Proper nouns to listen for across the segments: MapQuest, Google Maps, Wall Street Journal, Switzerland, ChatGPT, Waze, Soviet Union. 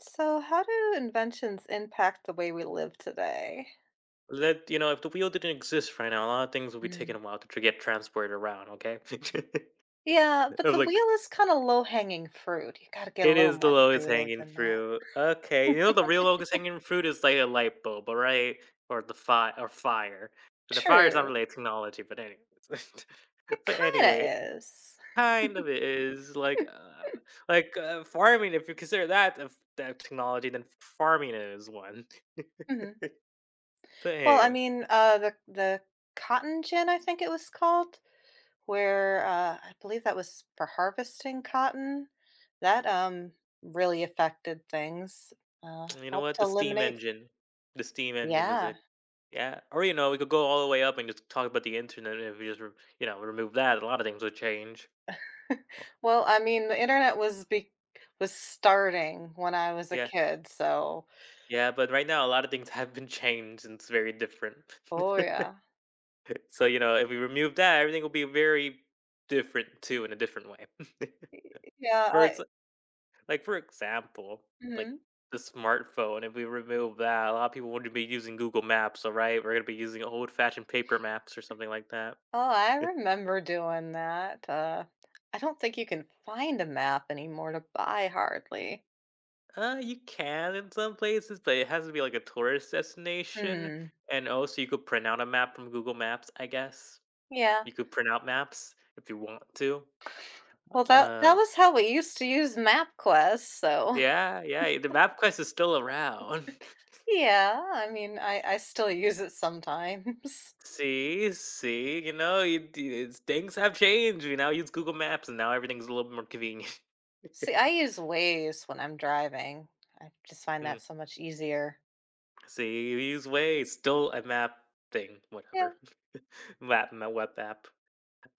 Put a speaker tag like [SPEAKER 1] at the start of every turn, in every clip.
[SPEAKER 1] So, how do inventions impact the way we live today?
[SPEAKER 2] If the wheel didn't exist right now, a lot of things would be taking a
[SPEAKER 1] Mm.
[SPEAKER 2] while to get transported around. Okay,
[SPEAKER 1] Yeah,
[SPEAKER 2] I
[SPEAKER 1] but
[SPEAKER 2] was
[SPEAKER 1] the
[SPEAKER 2] like,
[SPEAKER 1] wheel is kind of low hanging fruit. You got to get a
[SPEAKER 2] it
[SPEAKER 1] little
[SPEAKER 2] is the
[SPEAKER 1] more
[SPEAKER 2] lowest
[SPEAKER 1] creative
[SPEAKER 2] hanging
[SPEAKER 1] than that.
[SPEAKER 2] fruit. Okay, you know the real lowest hanging fruit is like a light bulb, all right, or the fire or fire. But the fire is not
[SPEAKER 1] True.
[SPEAKER 2] related to technology, but anyways,
[SPEAKER 1] It
[SPEAKER 2] but
[SPEAKER 1] kind
[SPEAKER 2] anyway,
[SPEAKER 1] of is.
[SPEAKER 2] kind of is like farming. If you consider that that technology, then farming is one.
[SPEAKER 1] Mhm.
[SPEAKER 2] but
[SPEAKER 1] Well, I
[SPEAKER 2] anyway.
[SPEAKER 1] mean, the cotton gin, I think it was called, where I believe that was for harvesting cotton. That really affected things.
[SPEAKER 2] You know what?
[SPEAKER 1] Helped eliminate.
[SPEAKER 2] The steam engine is
[SPEAKER 1] Yeah.
[SPEAKER 2] it. Yeah. Or, you know, we could go all the way up and just talk about the internet. If we just remove that, a lot of things would change.
[SPEAKER 1] Well, I mean, the internet was be was starting when I was a
[SPEAKER 2] Yeah.
[SPEAKER 1] kid, so
[SPEAKER 2] Yeah. But right now, a lot of things have been changed and it's very different.
[SPEAKER 1] oh yeah.
[SPEAKER 2] So, you know, if we remove that, everything will be very different too in a different way.
[SPEAKER 1] Y- Yeah,
[SPEAKER 2] for
[SPEAKER 1] I
[SPEAKER 2] ex- Like, for example, like
[SPEAKER 1] mhm.
[SPEAKER 2] the smartphone, if we remove that, a lot of people wouldn't be using Google Maps. All right. We're going to be using old fashioned paper maps or something like that.
[SPEAKER 1] Oh, I remember doing that. I don't think you can find a map anymore to buy hardly.
[SPEAKER 2] You can in some places, but it has to be like a tourist destination.
[SPEAKER 1] Hmm.
[SPEAKER 2] And also, you could print out a map from Google Maps, I guess.
[SPEAKER 1] Yeah.
[SPEAKER 2] You could print out maps if you want to.
[SPEAKER 1] Well, that
[SPEAKER 2] Um,
[SPEAKER 1] was how we used to use MapQuest, so
[SPEAKER 2] yeah, yeah, the map quest is still around.
[SPEAKER 1] yeah, I mean, I still use it sometimes.
[SPEAKER 2] See, it's, things have changed. We now use Google Maps, and now everything's a little more convenient.
[SPEAKER 1] See, I use Waze when I'm driving. I just find
[SPEAKER 2] Mm,
[SPEAKER 1] that so much easier.
[SPEAKER 2] see, you use Waze, still a map thing,
[SPEAKER 1] Yeah.
[SPEAKER 2] whatever. Map, my web app.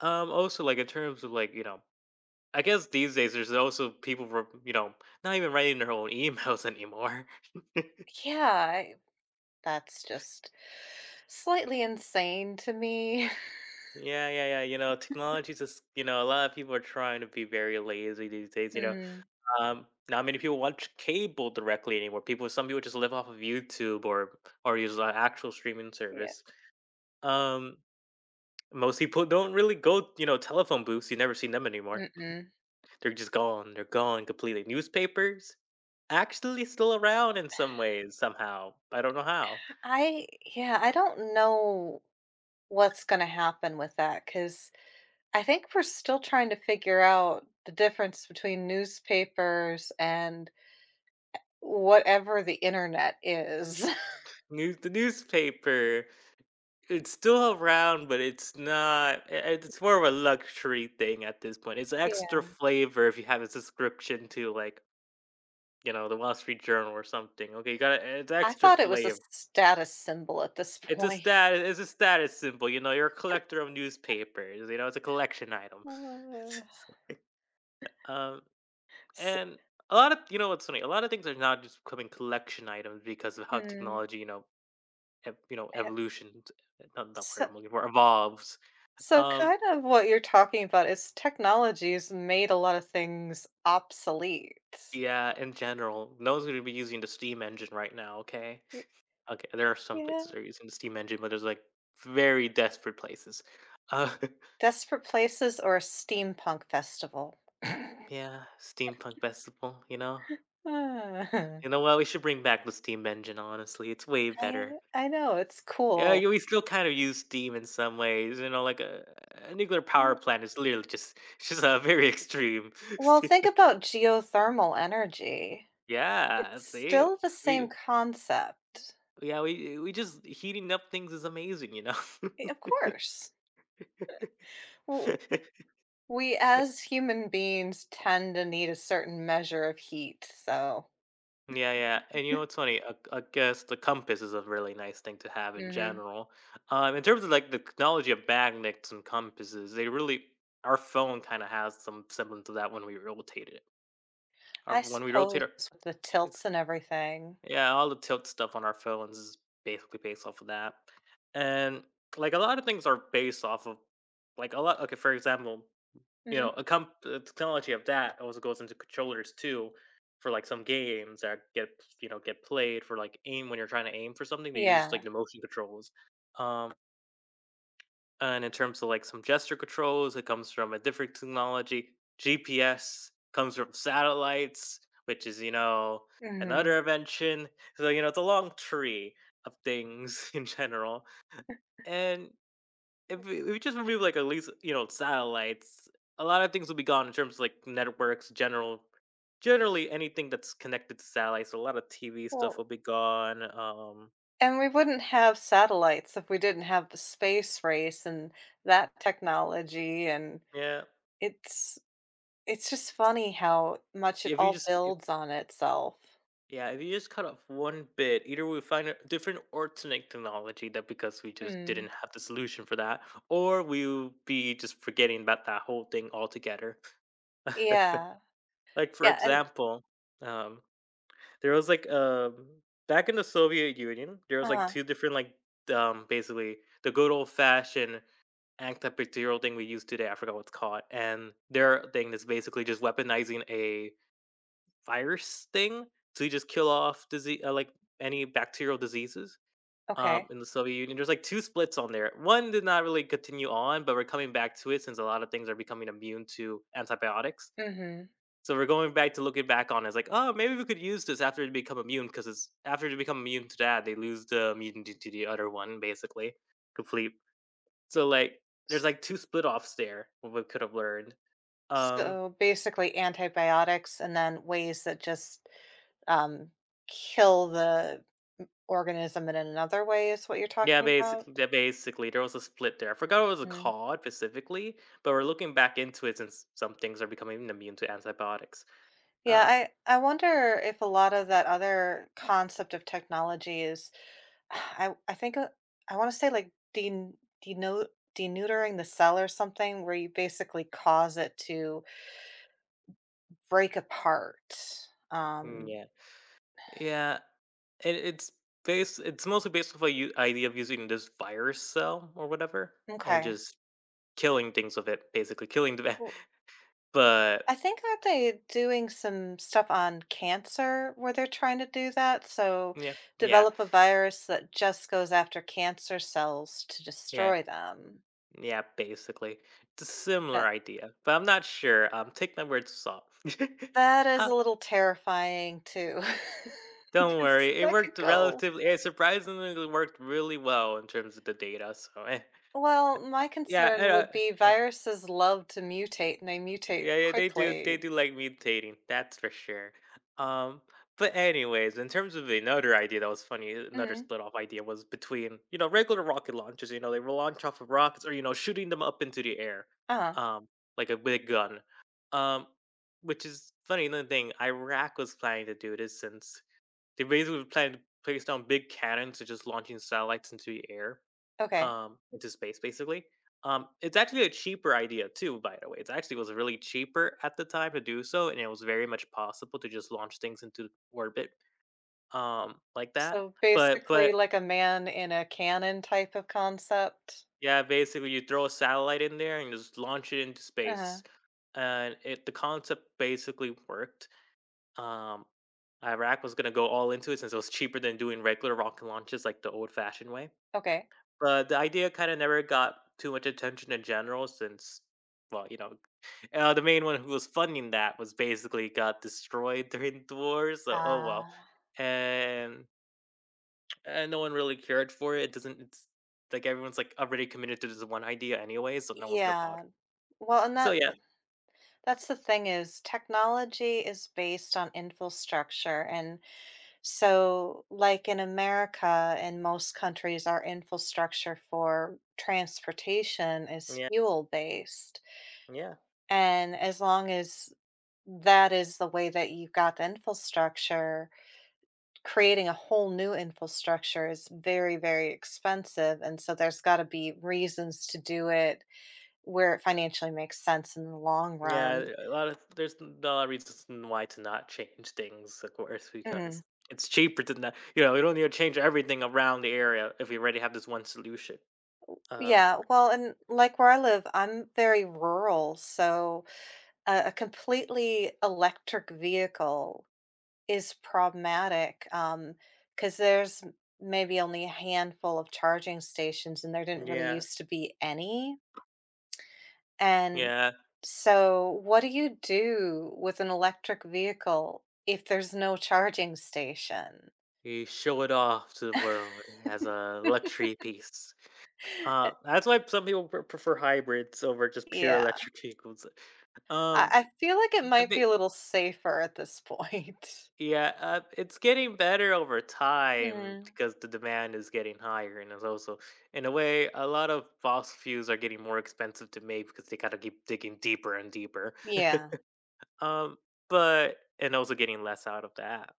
[SPEAKER 2] Also, like in terms of I guess these days there's also people from you know not even writing their own emails anymore.
[SPEAKER 1] Yeah, I that's just slightly insane to me.
[SPEAKER 2] Yeah, yeah, yeah. You know, technology's just, you know, a lot of people are trying to be very lazy these days. You know,
[SPEAKER 1] Mhm.
[SPEAKER 2] not many people watch cable directly anymore. People, some people just live off of YouTube or use an actual streaming
[SPEAKER 1] Yeah.
[SPEAKER 2] service. Um, most people don't really go. You know, telephone booths. You never see them anymore.
[SPEAKER 1] Mm-mm.
[SPEAKER 2] They're just gone. They're gone completely. Newspapers actually still around in some ways somehow. I don't know how.
[SPEAKER 1] I yeah, I don't know what's gonna happen with that because I think we're still trying to figure out the difference between newspapers and whatever the internet is.
[SPEAKER 2] News the newspaper, it's still around, but it's not I I it's more of a luxury thing at this point. It's extra
[SPEAKER 1] Yeah.
[SPEAKER 2] flavor if you have a subscription to, like, you know, the Wall Street Journal or something, okay? You gotta it's
[SPEAKER 1] I
[SPEAKER 2] extra
[SPEAKER 1] thought it was a
[SPEAKER 2] flavor.
[SPEAKER 1] status symbol at this point.
[SPEAKER 2] It's a status symbol, you know? You're a collector of newspapers, you know? It's a collection item.
[SPEAKER 1] Uh,
[SPEAKER 2] Um,
[SPEAKER 1] s
[SPEAKER 2] and a lot of, you know what's funny? A lot of things are now just becoming collection items because of how
[SPEAKER 1] mm,
[SPEAKER 2] technology, you know,
[SPEAKER 1] h
[SPEAKER 2] evolution, not the
[SPEAKER 1] s
[SPEAKER 2] word I'm looking for, evolves.
[SPEAKER 1] So,
[SPEAKER 2] Um,
[SPEAKER 1] kind of what you're talking about is technology's made a lot of things obsolete.
[SPEAKER 2] yeah, in general, no one's gonna be using the steam engine right now, okay?
[SPEAKER 1] Y-
[SPEAKER 2] Okay, there are some places
[SPEAKER 1] Yeah.
[SPEAKER 2] that are using the steam engine, but there's like very desperate places. Uh,
[SPEAKER 1] Desperate Places or a steampunk festival?
[SPEAKER 2] yeah, steampunk festival, you know?
[SPEAKER 1] Ah,
[SPEAKER 2] You know what? We should bring back the steam engine, honestly. It's way
[SPEAKER 1] I
[SPEAKER 2] better.
[SPEAKER 1] I know, it's
[SPEAKER 2] Yeah,
[SPEAKER 1] cool.
[SPEAKER 2] we still kind of use steam in some ways, you know, like a nuclear power
[SPEAKER 1] Well,
[SPEAKER 2] plant is literally just it's just a very extreme
[SPEAKER 1] well,
[SPEAKER 2] steam
[SPEAKER 1] think
[SPEAKER 2] engine.
[SPEAKER 1] about geothermal energy.
[SPEAKER 2] Yeah,
[SPEAKER 1] It's
[SPEAKER 2] see?
[SPEAKER 1] still the
[SPEAKER 2] We
[SPEAKER 1] same concept.
[SPEAKER 2] yeah, we just heating up things is amazing, you know.
[SPEAKER 1] Of course. W- We as human beings tend to need a certain measure of heat, so.
[SPEAKER 2] Yeah, yeah. And you know what's funny? I guess the compass is a really nice thing to have in
[SPEAKER 1] Mhm.
[SPEAKER 2] general. In terms of like the technology of magnets and compasses, they really our phone kind of has some semblance of that when we rotate it. Our,
[SPEAKER 1] I
[SPEAKER 2] when we rotate
[SPEAKER 1] suppose
[SPEAKER 2] our,
[SPEAKER 1] with the tilts
[SPEAKER 2] it's
[SPEAKER 1] and everything.
[SPEAKER 2] yeah, all the tilt stuff on our phones is basically based off of that. And like a lot of things are based off of like a lot. Okay, for example,
[SPEAKER 1] Mhm.
[SPEAKER 2] the technology of that also goes into controllers too, for like some games that get you know get played for like aim when you're trying to aim for something. They use like
[SPEAKER 1] Yeah.
[SPEAKER 2] the motion controls. Um, and in terms of like some gesture controls, it comes from a different technology. GPS comes from satellites, which is, you know,
[SPEAKER 1] Mhm.
[SPEAKER 2] another invention. So, you know, it's a long tree of things in general, and if we just remove, like, at least, you know, satellites, a lot of things will be gone in terms of, like, networks, generally anything that's connected to satellites. So a lot of TV stuff
[SPEAKER 1] Well,
[SPEAKER 2] will be gone.
[SPEAKER 1] and we wouldn't have satellites if we didn't have the space race and that technology, and
[SPEAKER 2] Yeah,
[SPEAKER 1] it's it's just funny how much it
[SPEAKER 2] if you
[SPEAKER 1] all
[SPEAKER 2] just if
[SPEAKER 1] builds on itself.
[SPEAKER 2] yeah, if you just cut off one bit, either we find a different alternate technology, that because we just didn't
[SPEAKER 1] Mm.
[SPEAKER 2] have the solution for that, or we'll be just forgetting about that whole thing altogether.
[SPEAKER 1] Yeah.
[SPEAKER 2] Like, for
[SPEAKER 1] Yeah, and
[SPEAKER 2] example, um there was like, back in the Soviet Union, there was like
[SPEAKER 1] Uh-huh.
[SPEAKER 2] 2 different, like, basically the good old fashioned antibacterial thing we use today, I forgot what's called, and their thing is basically just weaponizing a virus thing to just kill off disease, like any bacterial diseases,
[SPEAKER 1] Okay.
[SPEAKER 2] in the Soviet Union. There's like 2 splits on there. One did not really continue on, but we're coming back to it since a lot of things are becoming immune to antibiotics.
[SPEAKER 1] Mhm.
[SPEAKER 2] So we're going back to looking back on it. It's like, oh, maybe we could use this after they become immune, because it's after they become immune to that, they lose the immunity to the other one, basically, complete. So like, there's like two split offs there. What we could have learned. Um,
[SPEAKER 1] So, basically antibiotics and then ways that just, um, kill the organism in another way is what you're talking about?
[SPEAKER 2] yeah, basically, there was a split there. I forgot what it was
[SPEAKER 1] Mm.
[SPEAKER 2] called specifically, but we're looking back into it since some things are becoming immune to antibiotics.
[SPEAKER 1] Yeah,
[SPEAKER 2] Uh,
[SPEAKER 1] I I wonder if a lot of that other concept of technology is I think, I wanna say, like, denu deneutering the cell or something where you basically cause it to break apart. Um,
[SPEAKER 2] yeah, yeah, and it's based. It's mostly based off a idea of using this virus cell or whatever, and
[SPEAKER 1] okay.
[SPEAKER 2] just killing things with it, basically, killing the
[SPEAKER 1] Well,
[SPEAKER 2] but
[SPEAKER 1] I think aren't they doing some stuff on cancer where they're trying to do that? So
[SPEAKER 2] yeah, yeah,
[SPEAKER 1] develop a virus that just goes after cancer cells to
[SPEAKER 2] yeah,
[SPEAKER 1] destroy them.
[SPEAKER 2] yeah, basically. It's a similar
[SPEAKER 1] That
[SPEAKER 2] idea, but I'm not sure, take my words salt.
[SPEAKER 1] that is
[SPEAKER 2] Uh,
[SPEAKER 1] a little terrifying too,
[SPEAKER 2] don't
[SPEAKER 1] because
[SPEAKER 2] worry, it
[SPEAKER 1] that
[SPEAKER 2] worked
[SPEAKER 1] could go.
[SPEAKER 2] relatively it surprisingly worked really well in terms of the data, so, eh.
[SPEAKER 1] Well, my concern
[SPEAKER 2] Yeah,
[SPEAKER 1] would
[SPEAKER 2] uh
[SPEAKER 1] be viruses love to mutate and they mutate
[SPEAKER 2] Yeah, yeah, they do. They
[SPEAKER 1] quickly.
[SPEAKER 2] do like mutating. That's for sure. Um, but anyways, in terms of another idea that was funny, another
[SPEAKER 1] Mhm.
[SPEAKER 2] split off idea was between, you know, regular rocket launchers. You know, they were launched off of rockets, or you know, shooting them up into the air,
[SPEAKER 1] Uh-huh.
[SPEAKER 2] um, like a big gun. Um, which is funny. Another thing, Iraq was planning to do this since they basically were planning to place down big cannons to just launching satellites into the air,
[SPEAKER 1] Okay.
[SPEAKER 2] into space basically. It's actually a cheaper idea too, by the way. It actually was really cheaper at the time to do so, and it was very much possible to just launch things into orbit, like that.
[SPEAKER 1] So
[SPEAKER 2] But
[SPEAKER 1] basically
[SPEAKER 2] but
[SPEAKER 1] like a man in a cannon type of concept.
[SPEAKER 2] yeah, basically you throw a satellite in there and just launch it into
[SPEAKER 1] Uh-huh.
[SPEAKER 2] space, and it the concept basically worked. Um, Iraq was gonna go all into it since it was cheaper than doing regular rocket launches like the old-fashioned way.
[SPEAKER 1] Okay.
[SPEAKER 2] But the idea kind of never got too much attention in general since, well, you know, the main one who was funding that was basically got destroyed during the war, so oh well.
[SPEAKER 1] Uh,
[SPEAKER 2] And and no one really cared for it. It doesn't it's Like everyone's like already committed to this one idea anyway, so no one's gonna bother.
[SPEAKER 1] yeah. Well, and
[SPEAKER 2] So
[SPEAKER 1] that
[SPEAKER 2] yeah,
[SPEAKER 1] that's the thing is technology is based on infrastructure. And so like in America and most countries, our infrastructure for transportation is
[SPEAKER 2] yeah,
[SPEAKER 1] fuel based.
[SPEAKER 2] yeah.
[SPEAKER 1] And as long as that is the way that you've got the infrastructure, creating a whole new infrastructure is very, very expensive. And so there's got to be reasons to do it where it financially makes sense in the long
[SPEAKER 2] Yeah,
[SPEAKER 1] run.
[SPEAKER 2] a lot of, there's a lot of reasons why to not change things, of course,
[SPEAKER 1] Mhm.
[SPEAKER 2] because it's cheaper than that. You know, you don't need to change everything around the area if we already have this one solution. Um,
[SPEAKER 1] Yeah, well, and like where I live, I'm very rural, so a completely electric vehicle is problematic, because there's m maybe only a handful of charging stations, and there didn't really
[SPEAKER 2] yeah,
[SPEAKER 1] used to be any, and
[SPEAKER 2] yeah.
[SPEAKER 1] so what do you do with an electric vehicle if there's no charging station?
[SPEAKER 2] You show it off to the world as a luxury piece. That's why some people prefer hybrids over just pure
[SPEAKER 1] Yeah.
[SPEAKER 2] electric vehicles.
[SPEAKER 1] I
[SPEAKER 2] Um,
[SPEAKER 1] I feel like it
[SPEAKER 2] the
[SPEAKER 1] might be
[SPEAKER 2] big,
[SPEAKER 1] a little safer at this point.
[SPEAKER 2] yeah, it's getting better over time
[SPEAKER 1] Mhm.
[SPEAKER 2] because the demand is getting higher, and it's also, in a way, a lot of fossil fuels are getting more expensive to make because they gotta keep digging deeper and deeper.
[SPEAKER 1] Yeah.
[SPEAKER 2] um, but and also getting less out of that.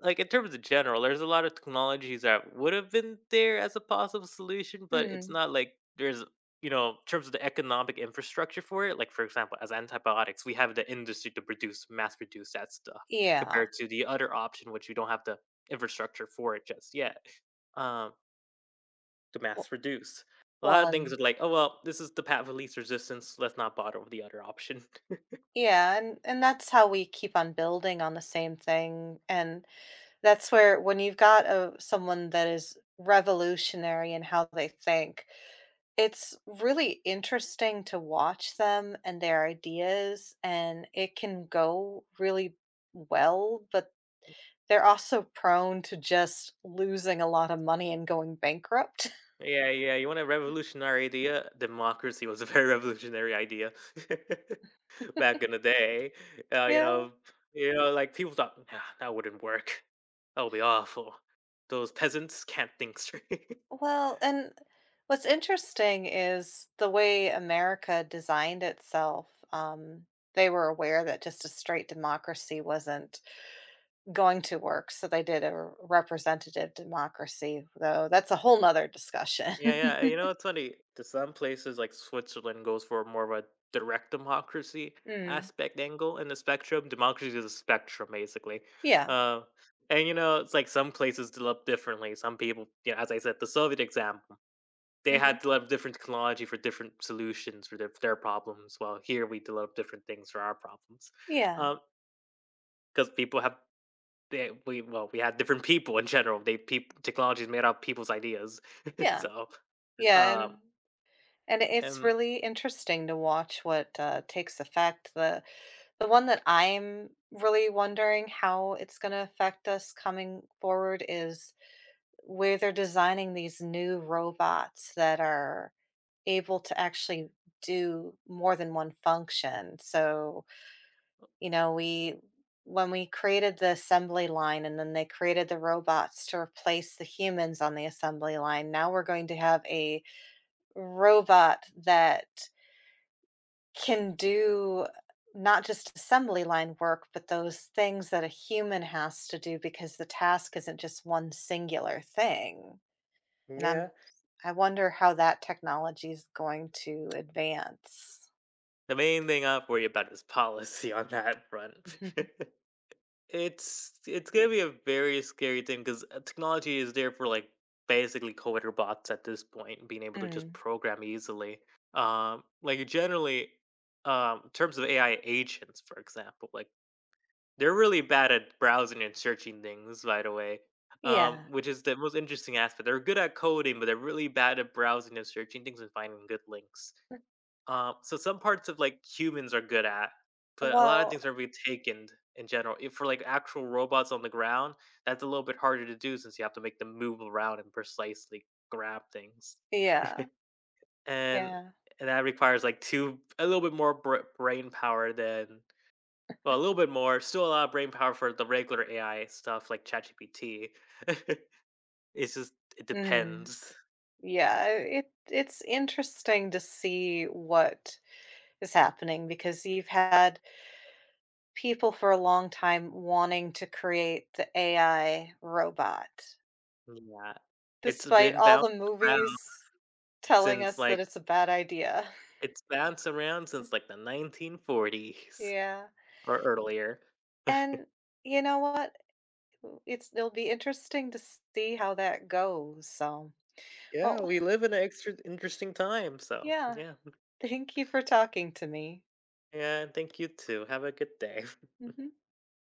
[SPEAKER 2] Like, in terms of general, there's a lot of technologies that would have been there as a possible solution, but it's
[SPEAKER 1] Mhm.
[SPEAKER 2] not like there's, you know, in terms of the economic infrastructure for it, like for example, as antibiotics, we have the industry to produce, mass produce that stuff compared
[SPEAKER 1] Yeah.
[SPEAKER 2] to the other option, which we don't have the infrastructure for it just yet. Um, to
[SPEAKER 1] W
[SPEAKER 2] mass produce. A lot
[SPEAKER 1] well,
[SPEAKER 2] of things are
[SPEAKER 1] and
[SPEAKER 2] like, oh well, this is the path of least resistance, let's not bother with the other option.
[SPEAKER 1] yeah, and that's how we keep on building on the same thing, and that's where when you've got a someone that is revolutionary in how they think, it's really interesting to watch them and their ideas, and it can go really well, but they're also prone to just losing a lot of money and going bankrupt.
[SPEAKER 2] Yeah, yeah. You want a revolutionary idea? Democracy was a very revolutionary idea back in the day. Uh, you
[SPEAKER 1] Yeah.
[SPEAKER 2] know, you know, like people thought, nah, that wouldn't work. That would be awful. Those peasants can't think straight.
[SPEAKER 1] Well, and what's interesting is the way America designed itself. They were aware that just a straight democracy wasn't going to work, so they did a representative democracy, though that's a whole nother discussion.
[SPEAKER 2] Yeah, yeah. You know, it's funny. To some places, like Switzerland, goes for more of a direct democracy
[SPEAKER 1] Mm.
[SPEAKER 2] aspect angle in the spectrum. Democracy is a spectrum, basically.
[SPEAKER 1] Yeah.
[SPEAKER 2] Uh, and you know, it's like some places develop differently. Some people, you know, as I said, the Soviet example, they had
[SPEAKER 1] Mhm.
[SPEAKER 2] to develop different technology for different solutions for their problems. While here we develop different things for our problems,
[SPEAKER 1] Yeah.
[SPEAKER 2] because people have they, we well we had different people in general. They people Technology is made out of people's ideas.
[SPEAKER 1] Yeah.
[SPEAKER 2] so
[SPEAKER 1] Yeah,
[SPEAKER 2] um
[SPEAKER 1] and and it's
[SPEAKER 2] and
[SPEAKER 1] really interesting to watch what, takes effect, the one that I'm really wondering how it's gonna affect us coming forward is where they're designing these new robots that are able to actually do more than one function. So, you know, we when we created the assembly line and then they created the robots to replace the humans on the assembly line, now we're going to have a robot that can do not just assembly line work, but those things that a human has to do because the task isn't just one singular thing. And
[SPEAKER 2] Yeah.
[SPEAKER 1] I'm I wonder how that technology is going to advance.
[SPEAKER 2] The main thing I worry about is policy on that front. It's
[SPEAKER 1] Y-
[SPEAKER 2] gonna be a very scary thing because technology is there for like basically coder bots at this point, being able to just
[SPEAKER 1] Mm.
[SPEAKER 2] program easily. Um, like generally, in terms of AI agents, for example, like they're really bad at browsing and searching things. By the way,
[SPEAKER 1] Yeah.
[SPEAKER 2] which is the most interesting aspect. They're good at coding, but they're really bad at browsing and searching things and finding good links.
[SPEAKER 1] Mm.
[SPEAKER 2] So some parts of like humans are good at, but a lot of
[SPEAKER 1] Well,
[SPEAKER 2] things are retaken in general. If for like actual robots on the ground, that's a little bit harder to do since you have to make them move around and precisely grab things,
[SPEAKER 1] yeah.
[SPEAKER 2] and
[SPEAKER 1] Yeah.
[SPEAKER 2] that requires like two a little bit more brain power than, well, a little bit more, still a lot of brain power for the regular AI stuff like ChatGPT. It's just it
[SPEAKER 1] Mm.
[SPEAKER 2] depends.
[SPEAKER 1] Yeah, it's interesting to see what is happening because you've had people for a long time wanting to create the AI robot,
[SPEAKER 2] Yeah, it's
[SPEAKER 1] despite
[SPEAKER 2] been
[SPEAKER 1] all
[SPEAKER 2] bounced
[SPEAKER 1] the
[SPEAKER 2] around
[SPEAKER 1] movies telling
[SPEAKER 2] since
[SPEAKER 1] us that
[SPEAKER 2] like
[SPEAKER 1] it's a bad idea.
[SPEAKER 2] It's bounced around since, like, the 1940s
[SPEAKER 1] Yeah.
[SPEAKER 2] or earlier.
[SPEAKER 1] And you know what? It'll be interesting to see how that goes, so
[SPEAKER 2] Yeah,
[SPEAKER 1] well,
[SPEAKER 2] we live in an extra interesting time, so,
[SPEAKER 1] yeah.
[SPEAKER 2] yeah.
[SPEAKER 1] Thank you for talking to me.
[SPEAKER 2] Yeah, and thank you too. Have a good day.
[SPEAKER 1] Mhm.